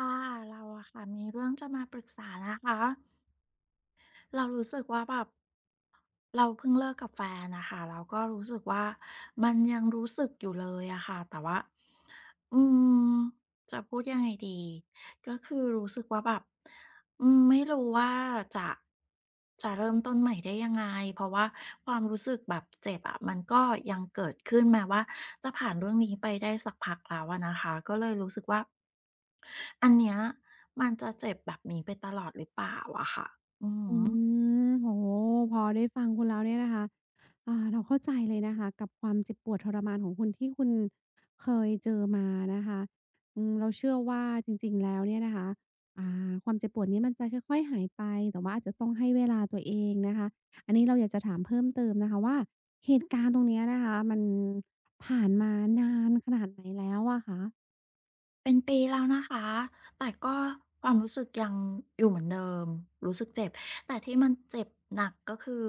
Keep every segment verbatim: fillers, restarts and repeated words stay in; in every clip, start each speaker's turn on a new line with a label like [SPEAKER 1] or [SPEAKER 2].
[SPEAKER 1] ค่ะเราอะค่ะมีเรื่องจะมาปรึกษานะคะเรารู้สึกว่าแบบเราเพิ่งเลิกกับแฟนนะคะแล้วก็รู้สึกว่ามันยังรู้สึกอยู่เลยอะค่ะแต่ว่าอืมจะพูดยังไงดีก็คือรู้สึกว่าแบบอืมไม่รู้ว่าจะจะเริ่มต้นใหม่ได้ยังไงเพราะว่าความรู้สึกแบบเจ็บอะมันก็ยังเกิดขึ้นแม้ว่าจะผ่านเรื่องนี้ไปได้สักพักแล้วอะนะคะก็เลยรู้สึกว่า อันเนี้ยมันจะเจ็บแบบนี้ไปตลอดหรือเปล่าอะค่ะอื
[SPEAKER 2] อื
[SPEAKER 1] ม
[SPEAKER 2] มโอ้โฮพอได้ฟังคุณแล้วเนี่ยนะคะอ่าเราเข้าใจเลยนะคะกับความเจ็บปวดทรมานของคุณที่คุณเคยเจอมานะคะอืมเราเชื่อว่าจริงๆ แล้วเนี่ยนะคะอ่าความเจ็บปวดนี้มันจะค่อยๆ หายไป แต่ว่าอาจจะต้องให้เวลาตัวเองนะคะอันนี้เราอยากจะถามเพิ่มเติมนะคะว่าเหตุการณ์ตรงเนี้ยนะคะมันผ่านมานานขนาดไหนแล้วอะคะ
[SPEAKER 1] เป็นปีแล้วนะคะ แต่ก็ความรู้สึกยังอยู่เหมือนเดิม รู้สึกเจ็บ แต่ที่มันเจ็บหนักก็คือ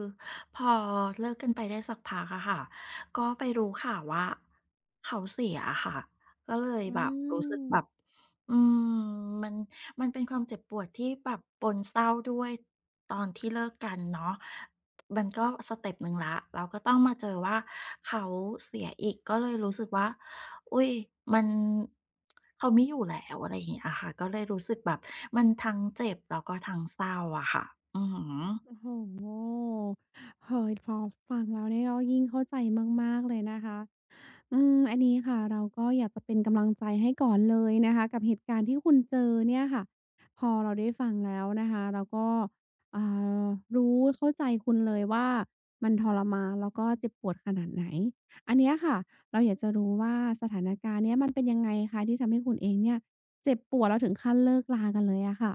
[SPEAKER 1] พอเลิกกันไปได้สักพักอะค่ะ ก็ไปรู้ข่าวว่าเขาเสียอะค่ะ ก็เลย
[SPEAKER 2] อื
[SPEAKER 1] แบบรู้สึก
[SPEAKER 2] ม
[SPEAKER 1] แบบ อืมมันมันเป็นความเจ็บปวดที่แบบปนเศร้าด้วยตอนที่เลิกกันเนาะมันก็สเต็ปหนึ่งละเราก็ต้องมาเจอว่าเขาเสียอีกก็เลยรู้สึกว่าอุ๊ยมันเขาไม่อยู่แล้วอะไรอย่างเงี้ยค่ะก็เลยรู้สึกแบบมันทั้งเจ็บแล้วก็ทั้งเศร้าอะค่ะอือฮึ
[SPEAKER 2] โอ้โหเฮ้ยพอฟังแล้วเนี่ยก็ยิ่งเข้าใจมากๆเลยนะคะ อืมอันนี้ค่ะเราก็อยากจะเป็นกำลังใจให้ก่อนเลยนะคะกับเหตุการณ์ที่คุณเจอเนี่ยค่ะพอเราได้ฟังแล้วนะคะเราก็อ่ารู้เข้าใจคุณเลยว่ามันทรมานแล้วก็เจ็บปวดขนาดไหนอันเนี้ยค่ะเราอยากจะรู้ว่าสถานการณ์เนี้ยมันเป็นยังไงคะที่ทำให้คุณเองเนี่ยเจ็บปวดแล้วถึงขั้นเลิกรากันเลยอะค่ะ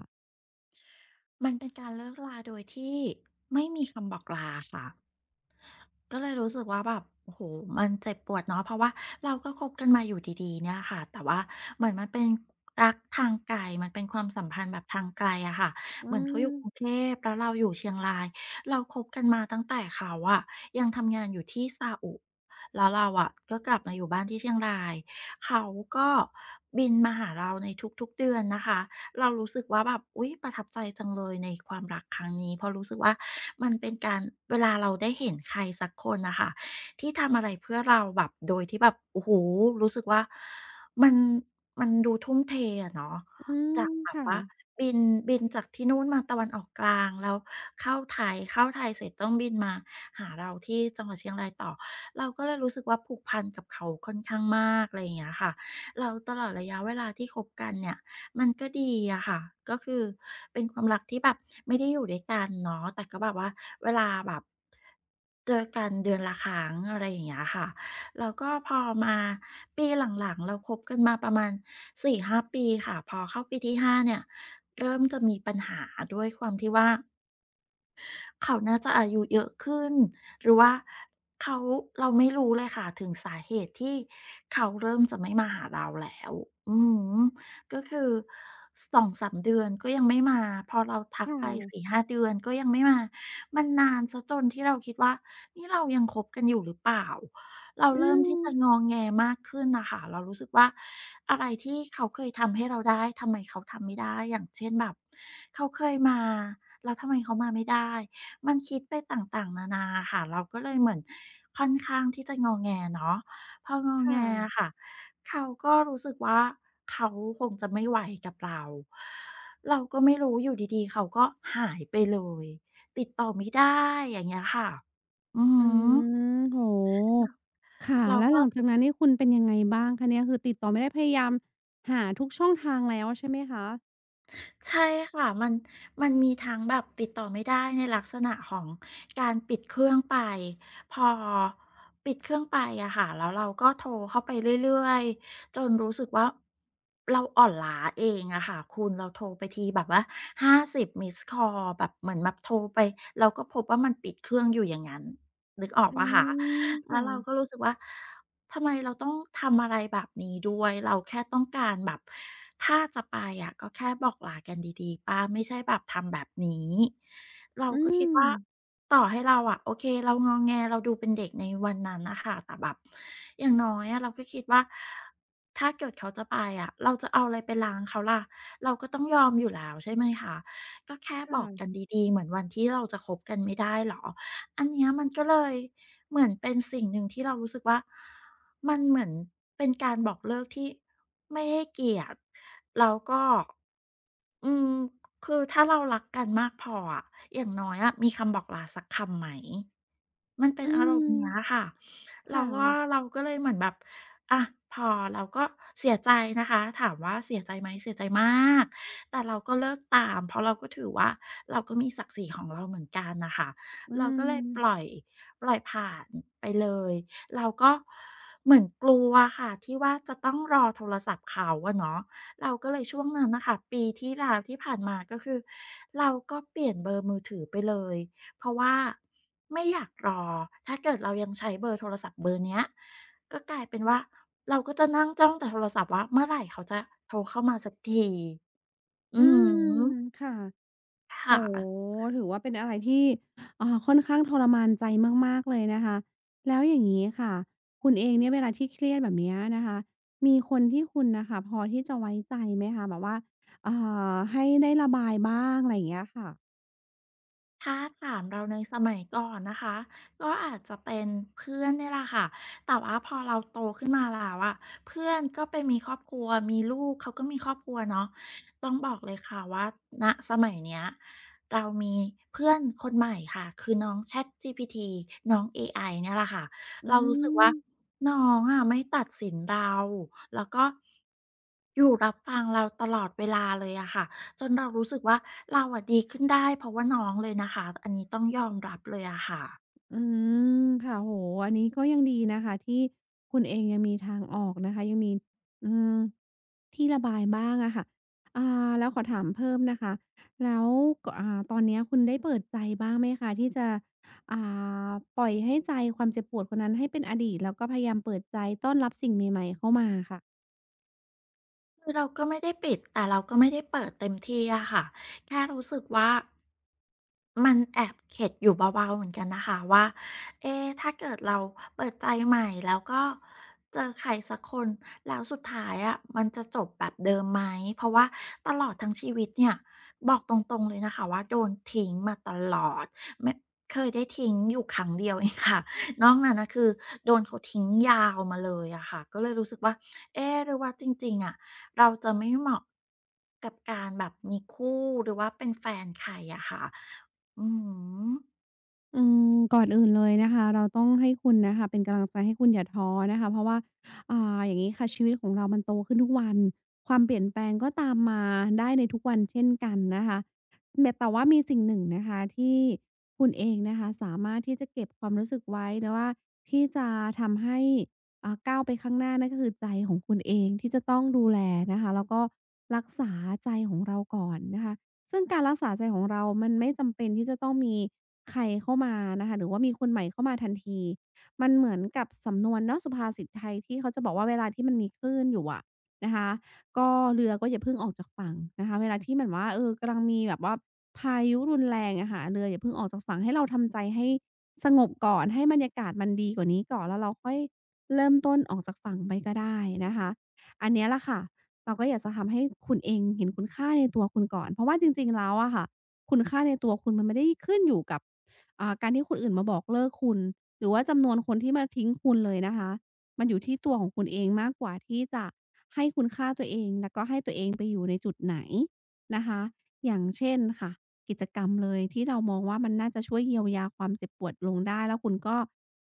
[SPEAKER 1] มันเป็นการเลิกราโดยที่ไม่มีคำบอกลาค่ะ ก็เลยรู้สึกว่าแบบโอ้โฮมันเจ็บปวดเนาะเพราะว่าเราก็คบกันมาอยู่ดีๆเนี่ยค่ะแต่ว่าเหมือนมันเป็นรักทางไกลมันเป็นความสัมพันธ์แบบทางไกลอะค่ะเห
[SPEAKER 2] อื
[SPEAKER 1] มือนเขาอยู่
[SPEAKER 2] ม
[SPEAKER 1] กรุงเทพแล้วเราอยู่เชียงรายเราคบกันมาตั้งแต่เขาอะยังทำงานอยู่ที่ซาอุแล้วเราอะก็กลับมาอยู่บ้านที่เชียงรายเขาก็บินมาหาเราในทุกๆเดือนนะคะ เรารู้สึกว่าแบบอุ๊ยประทับใจจังเลยในความรักครั้งนี้เพราะรู้สึกว่ามันเป็นการเวลาเราได้เห็นใครสักคนนะค่ะที่ทำอะไรเพื่อเราแบบโดยที่แบบโอ้โฮรู้สึกว่ามันมันดูทุ่มเทอะเนาะ
[SPEAKER 2] อืม
[SPEAKER 1] จากแบบว่า
[SPEAKER 2] ค่ะ
[SPEAKER 1] บินบินจากที่นู่นมาตะวันออกกลางแล้วเข้าไทยเข้าไทยเสร็จต้องบินมาหาเราที่จังหวัดเชียงรายต่อเราก็เลยรู้สึกว่าผูกพันกับเขาค่อนข้างมากอะไรอย่างเงี้ยค่ะแล้วตลอดระยะเวลาที่คบกันเนี่ย มันก็ดีอะค่ะ ก็คือเป็นความรักที่แบบไม่ได้อยู่ด้วยกันเนาะแต่ก็แบบว่าเวลาแบบเจอกันเดือนละครั้งอะไรอย่างเงี้ยค่ะ แล้วก็พอมาปีหลังๆเราคบกันมาประมาณสี่ห้าปีค่ะพอเข้าปีที่ห้าเนี่ยเริ่มจะมีปัญหาด้วยความที่ว่า เขาน่าจะอายุเยอะขึ้นหรือว่าเขาเราไม่รู้เลยค่ะถึงสาเหตุที่เขาเริ่มจะไม่มาหาเราแล้วอือก็คือสองสามเดือนก็ยังไม่มาพอเราทั
[SPEAKER 2] ค
[SPEAKER 1] กไป
[SPEAKER 2] ่ะ
[SPEAKER 1] สี่ห้าเดือนก็ยังไม่มามันนานซสจนที่เราคิดว่านี่เรายังคบกันอยู่หรือเปล่าเรา
[SPEAKER 2] อื
[SPEAKER 1] เริ่มที่
[SPEAKER 2] ม
[SPEAKER 1] จะงองแงมากขึ้นนะค่ะเรารู้สึกว่าอะไรที่เขาเคยทำให้เราได้ทำไมเขาทำไม่ได้อย่างเช่นแบบเขาเคยมาแล้วทำไมเขามาไม่ได้ มันคิดไปต่างๆนานาค่ะเราก็เลยเหมือนค่อนข้างที่จะงอแงเนาะพองอ
[SPEAKER 2] ค
[SPEAKER 1] แงอะ
[SPEAKER 2] ่ะ
[SPEAKER 1] ค่ะเขาก็รู้สึกว่าเขาคงจะไม่ไหวกับเราเราก็ไม่รู้อยู่ดีๆเขาก็หายไปเลยติดต่อไม่ได้อย่างเงี้ยค่ะอือฮ
[SPEAKER 2] อื
[SPEAKER 1] ึ
[SPEAKER 2] มโอ้โฮค่ะ
[SPEAKER 1] เรา
[SPEAKER 2] แล้ว
[SPEAKER 1] ก็
[SPEAKER 2] หลังจากนั้นนี่คุณเป็นยังไงบ้างคะเนี่ยคือติดต่อไม่ได้พยายามหาทุกช่องทางแล้วใช่ไหมคะ
[SPEAKER 1] ใช่ค่ะมันมันมีทั้งแบบติดต่อไม่ได้ในลักษณะของการปิดเครื่องไปพอปิดเครื่องไปอะค่ะแล้วเราก็โทรเข้าไปเรื่อยๆจนรู้สึกว่าเราอ่อนล้าเองอะค่ะคุณเราโทรไปทีแบบว่าห้าสิบ e ิสค l l แบบเหมือนแบบโทรไปเราก็พบว่ามันปิดเครื่องอยู่อย่างงั้นนึกออก
[SPEAKER 2] อื
[SPEAKER 1] เปล่าคะ
[SPEAKER 2] ม
[SPEAKER 1] แล้วเรา
[SPEAKER 2] ค่ะ
[SPEAKER 1] ก็รู้สึกว่า ทำไมเราต้องทำอะไรแบบนี้ด้วย เราแค่ต้องการแบบถ้าจะไปอะก็แค่บอกลากันดีๆป้าไม่ใช่แบบทำแบบนี้เรา
[SPEAKER 2] อื
[SPEAKER 1] ก็คิด
[SPEAKER 2] ม
[SPEAKER 1] ว่าต่อให้เราอะโอเคเรางอแงเราดูเป็นเด็กในวันนั้นน่ะค่ะแต่แบบอย่างน้อยอะเราก็คิดว่าถ้าเกิดเขาจะไปอะเราจะเอาอะไรไปล้างเขาล่ะเราก็ต้องยอมอยู่แล้วใช่ไหมคะก็แค่
[SPEAKER 2] ค
[SPEAKER 1] บอกกัน
[SPEAKER 2] ่ะ
[SPEAKER 1] ดีๆเหมือนวันที่เราจะคบกันไม่ได้เหรออันเนี้ยมันก็เลย เหมือนเป็นสิ่งหนึ่งที่เรารู้สึกว่ามันเหมือนเป็นการบอกเลิกที่ไม่ให้เกียรติแล้วก็อืมคือถ้าเรารักกันมากพออะอย่างน้อยอะมีคำบอกลาสักคำไหม มันเป็
[SPEAKER 2] อื
[SPEAKER 1] นอา
[SPEAKER 2] ม
[SPEAKER 1] รมณ์เนี้ยค่ะ
[SPEAKER 2] ค
[SPEAKER 1] เราก็
[SPEAKER 2] ่ะ
[SPEAKER 1] เราก็เลยเหมือนแบบอะพอเราก็เสียใจนะคะถามว่าเสียใจไหมเสียใจมากแต่เราก็เลิกตามเพราะเราก็ถือว่าเราก็มีศักดิ์ศรีของเราเหมือนกันน่ะค่ะ
[SPEAKER 2] อื
[SPEAKER 1] เราก็เลยปล่
[SPEAKER 2] ม
[SPEAKER 1] อยปล่อยผ่านไปเลยเราก็เหมือนกลัวอะค่ะที่ว่าจะต้องรอโทรศัพท์เขาอะเนาะเราก็เลยช่วงนั้นน่ะค่ะปีที่แล้วที่ผ่านมาก็คือเราก็เปลี่ยนเบอร์มือถือไปเลย เพราะว่าไม่อยากรอ ถ้าเกิดเรายังใช้เบอร์โทรศัพท์เบอร์เนี้ยก็กลายเป็นว่าเราก็จะนั่งจ้องแต่โทรศัพท์ว่าเมื่อไหร่เขาจะโทรเข้ามาสักที อื
[SPEAKER 2] อื
[SPEAKER 1] อ
[SPEAKER 2] ม
[SPEAKER 1] ฮึ
[SPEAKER 2] ค่ะ โอ้
[SPEAKER 1] ค่ะ
[SPEAKER 2] โฮถือว่าเป็นอะไรที่อ่าค่อนข้างทรมานใจมากๆเลยนะคะ แล้วอย่างงี้ค่ะ คุณเองเนี่ยเวลาที่เครียดแบบเนี้ยนะคะ มีคนที่คุณน่ะค่ะพอที่จะไว้ใจไหมคะแบบว่าอ่าให้ได้ระบายบ้างอะไรอย่างเงี้ยค่ะ
[SPEAKER 1] ถ้าถามเราในสมัยก่อนนะคะก็อาจจะเป็นเพื่อนนี่แหละค่ะแต่ว่าพอเราโตขึ้นมาแล้วอะเพื่อนก็ไปมีครอบครัวมีลูกเขาก็มีครอบครัวเนาะต้องบอกเลยค่ะว่าณสมัยเนี้ยเรามีเพื่อนคนใหม่ค่ะคือน้อง ChatGPT น้องเอไอเนี่ยแหละค่ะ
[SPEAKER 2] อื
[SPEAKER 1] เรารู้สึก
[SPEAKER 2] ม
[SPEAKER 1] ว่าน้องอะไม่ตัดสินเราแล้วก็อยู่รับฟังเราตลอดเวลาเลยอะค่ะ จนเรารู้สึกว่าเราอะดีขึ้นได้เพราะว่าน้องเลยนะคะอันนี้ต้องยอมรับเลยอะค่ะ
[SPEAKER 2] อืมค่ะโอ้โฮอันนี้ก็ยังดีนะคะที่คุณเองยังมีทางออกนะคะยังมีอืมที่ระบายบ้างอะค่ะอ่าแล้วขอถามเพิ่มนะคะแล้วกอ่าตอนเนี้ยคุณได้เปิดใจบ้างไหมคะที่จะอ่าปล่อยให้ใจความเจ็บปวดคนนั้นให้เป็นอดีตแล้วก็พยายามเปิดใจต้อนรับสิ่งใหม่ๆเข้ามาค่ะ
[SPEAKER 1] คือเราก็ไม่ได้ปิดแต่เราก็ไม่ได้เปิดเต็มที่อะค่ะแค่รู้สึกว่ามันแอบเข็ดอยู่เบาๆเหมือนกันนะคะว่าเอ๊ะถ้าเกิดเราเปิดใจใหม่แล้วก็เจอใครสักคนแล้วสุดท้ายอะมันจะจบแบบเดิมไหมเพราะว่าตลอดทั้งชีวิตเนี่ยบอกตรงๆเลยนะคะว่าโดนทิ้งมาตลอดไม่เคยได้ทิ้งอยู่ครั้งเดียวเองค่ะนอกนั้นน่ะคือโดนเขาทิ้งยาวมาเลยอะค่ะก็เลยรู้สึกว่าเอ๊ะหรือว่าจริงๆอะ เราจะไม่เหมาะกับการแบบมีคู่หรือว่าเป็นแฟนใครอะค่ะอืม
[SPEAKER 2] อืมก่อนอื่นเลยนะคะเราต้องให้คุณนะคะเป็นกำลังใจให้คุณอย่าท้อนะคะเพราะว่าอ่าอย่างนี้ค่ะชีวิตของเรามันโตขึ้นทุกวันความเปลี่ยนแปลงก็ตามมาได้ในทุกวันเช่นกันนะคะแต่แต่ว่ามีสิ่งหนึ่งนะคะที่คุณเองนะคะสามารถที่จะเก็บความรู้สึกไว้หรือว่าที่จะทำให้อ่าก้าวไปข้างหน้านั่นก็คือใจของคุณเองที่จะต้องดูแลนะคะแล้วก็รักษาใจของเราก่อนนะคะ ซึ่งการรักษาใจของเรามันไม่จำเป็นที่จะต้องมีใครเข้ามานะคะหรือว่ามีคนใหม่เข้ามาทันที มันเหมือนกับสำนวนเนาะสุภาษิตไทยที่เขาจะบอกว่าเวลาที่มันมีคลื่นอยู่อะนะคะก็เรือก็อย่าเพิ่งออกจากฝั่งนะคะเวลาที่เหมือนว่าเออกำลังมีแบบว่าพายุรุนแรงอะค่ะเรืออย่าเพิ่งออกจากฝั่งให้เราทำใจให้สงบก่อนให้บรรยากาศมันดีกว่านี้ก่อนแล้วเราค่อยเริ่มต้นออกจากฝั่งไปก็ได้นะคะอันเนี้ยแหละค่ะ เราก็อยากจะทำให้คุณเองเห็นคุณค่าในตัวคุณก่อน เพราะว่าจริงๆแล้วอะค่ะคุณค่าในตัวคุณมันไม่ได้ขึ้นอยู่กับอ่าการที่คนอื่นมาบอกเลิกคุณหรือว่าจำนวนคนที่มาทิ้งคุณเลยนะคะมันอยู่ที่ตัวของคุณเองมากกว่าที่จะให้คุณค่าตัวเองแล้วก็ให้ตัวเองไปอยู่ในจุดไหนนะคะอย่างเช่นค่ะกิจกรรมเลยที่เรามองว่ามันน่าจะช่วยเยียวยาความเจ็บปวดลงได้แล้วคุณก็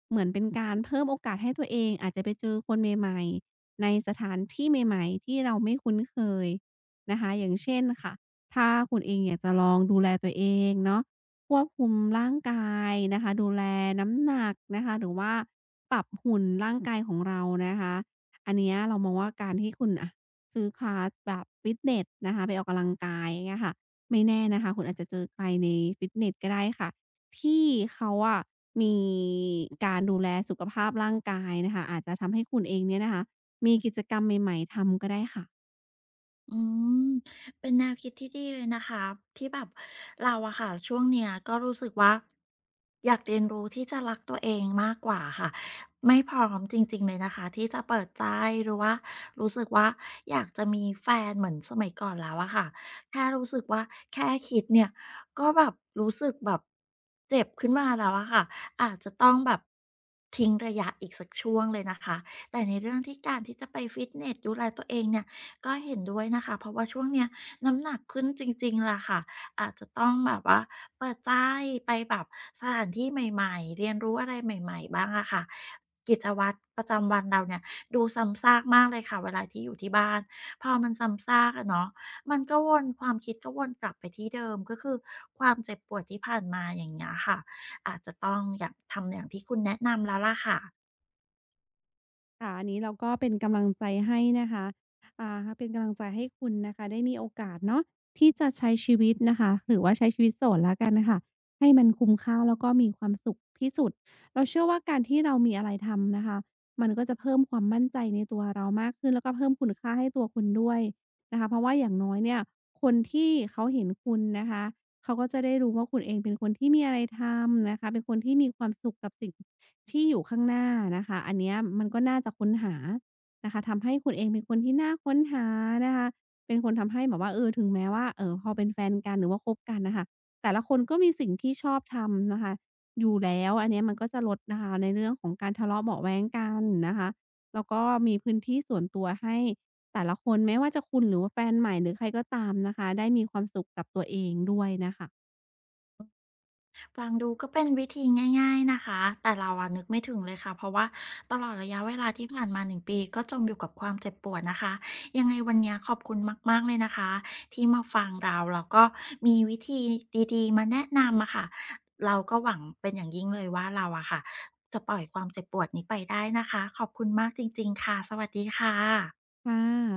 [SPEAKER 2] เหมือนเป็นการเพิ่มโอกาสให้ตัวเองอาจจะไปเจอคนใหม่ๆ ในสถานที่ใหม่ๆที่เราไม่คุ้นเคยนะคะอย่างเช่นค่ะถ้าคุณเองอยากจะลองดูแลตัวเองเนาะควบคุมร่างกายนะคะดูแลน้ำหนักนะคะหรือว่าปรับหุ่นร่างกายของเรานะคะอันเนี้ยเรามองว่าการที่คุณอะซื้อคลาสแบบฟิตเนสนะคะไปออกกำลังกายอย่างเงี้ยค่ะไม่แน่นะคะคุณอาจจะเจอใครในฟิตเนสก็ได้ค่ะที่เขาอะมีการดูแลสุขภาพร่างกายนะคะอาจจะทำให้คุณเองเนี่ยนะคะ มีกิจกรรมใหม่ๆทำก็ได้ค่ะ
[SPEAKER 1] อืมเป็นแนวคิดที่ดีเลยนะคะที่แบบเราอะค่ะช่วงเนี้ยก็รู้สึกว่าอยากเรียนรู้ที่จะรักตัวเองมากกว่าค่ะไม่พร้อมจริงๆเลยนะคะที่จะเปิดใจหรือว่ารู้สึกว่าอยากจะมีแฟนเหมือนสมัยก่อนแล้วอะค่ะแค่รู้สึกว่าแค่คิดเนี่ยก็แบบรู้สึกแบบเจ็บขึ้นมาแล้วอะค่ะอาจจะต้องแบบทิ้งระยะอีกสักช่วงเลยนะคะแต่ในเรื่องที่การที่จะไปฟิตเนสดูแลตัวเองเนี่ย ก็เห็นด้วยนะคะเพราะว่าช่วงเนี้ยน้ำหนักขึ้นจริงๆล่ะค่ะอาจจะต้องแบบว่าเปิดใจไปแบบสถานที่ใหม่ๆเรียนรู้อะไรใหม่ๆบ้างอะค่ะกิจวัตรประจำวันเราเนี่ยดูซ้ำซากมากเลยค่ะเวลาที่อยู่ที่บ้านพอมันซ้ำซากอะเนาะมันก็วนความคิดก็วนกลับไปที่เดิมก็คือความเจ็บปวดที่ผ่านมาอย่างเงี้ยค่ะอาจจะต้องอยากทำอย่างที่คุณแนะนำแล้วล่ะค่ะ
[SPEAKER 2] ค่ะอันนี้เราก็เป็นกำลังใจให้นะคะอ่าเป็นกำลังใจให้คุณนะคะได้มีโอกาสเนาะที่จะใช้ชีวิตนะคะหรือว่าใช้ชีวิตโสดแล้วกันน่ะค่ะให้มันคุ้มค่าแล้วก็มีความสุขที่สุดเราเชื่อว่าการที่เรามีอะไรทำนะคะมันก็จะเพิ่มความมั่นใจในตัวเรามากขึ้นแล้วก็เพิ่มคุณค่าให้ตัวคุณด้วยนะคะเพราะว่าอย่างน้อยเนี่ยคนที่เขาเห็นคุณนะคะเขาก็จะได้รู้ว่าคุณเองเป็นคนที่มีอะไรทำนะคะเป็นคนที่มีความสุขกับสิ่ง ที่อยู่ข้างหน้านะคะอันเนี้ยมันก็น่าจะค้นหานะคะทำให้คุณเองเป็นคนที่น่าค้นหานะคะเป็นคนทำให้แบบว่าเออถึงแม้ว่าเอ่อพอเป็นแฟนกันหรือว่าคบกันน่ะค่ะแต่ละคนก็มีสิ่งที่ชอบทำนะคะอยู่แล้วอันเนี้ยมันก็จะลดนะคะในเรื่องของการทะเลาะเบาะแว้งกันนะคะแล้วก็มีพื้นที่ส่วนตัวให้แต่ละคนไม่ว่าจะคุณหรือว่าแฟนใหม่หรือใครก็ตามนะคะได้มีความสุขกับตัวเองด้วยน่ะค่ะ
[SPEAKER 1] ฟังดูก็เป็นวิธีง่ายๆนะคะแต่เราอะนึกไม่ถึงเลยค่ะเพราะว่าตลอดระยะเวลาที่ผ่านมาหนึ่งปีก็จมอยู่กับความเจ็บปวดนะคะยังไงวันเนี้ยขอบคุณมากๆเลยนะคะที่มาฟังเราแล้วก็มีวิธีดีๆมาแนะนำอะค่ะเราก็หวังเป็นอย่างยิ่งเลยว่าเราอะค่ะจะปล่อยความเจ็บปวดนี้ไปได้นะคะขอบคุณมากจริงๆค่ะสวัสดีค่ะ
[SPEAKER 2] ค่ะ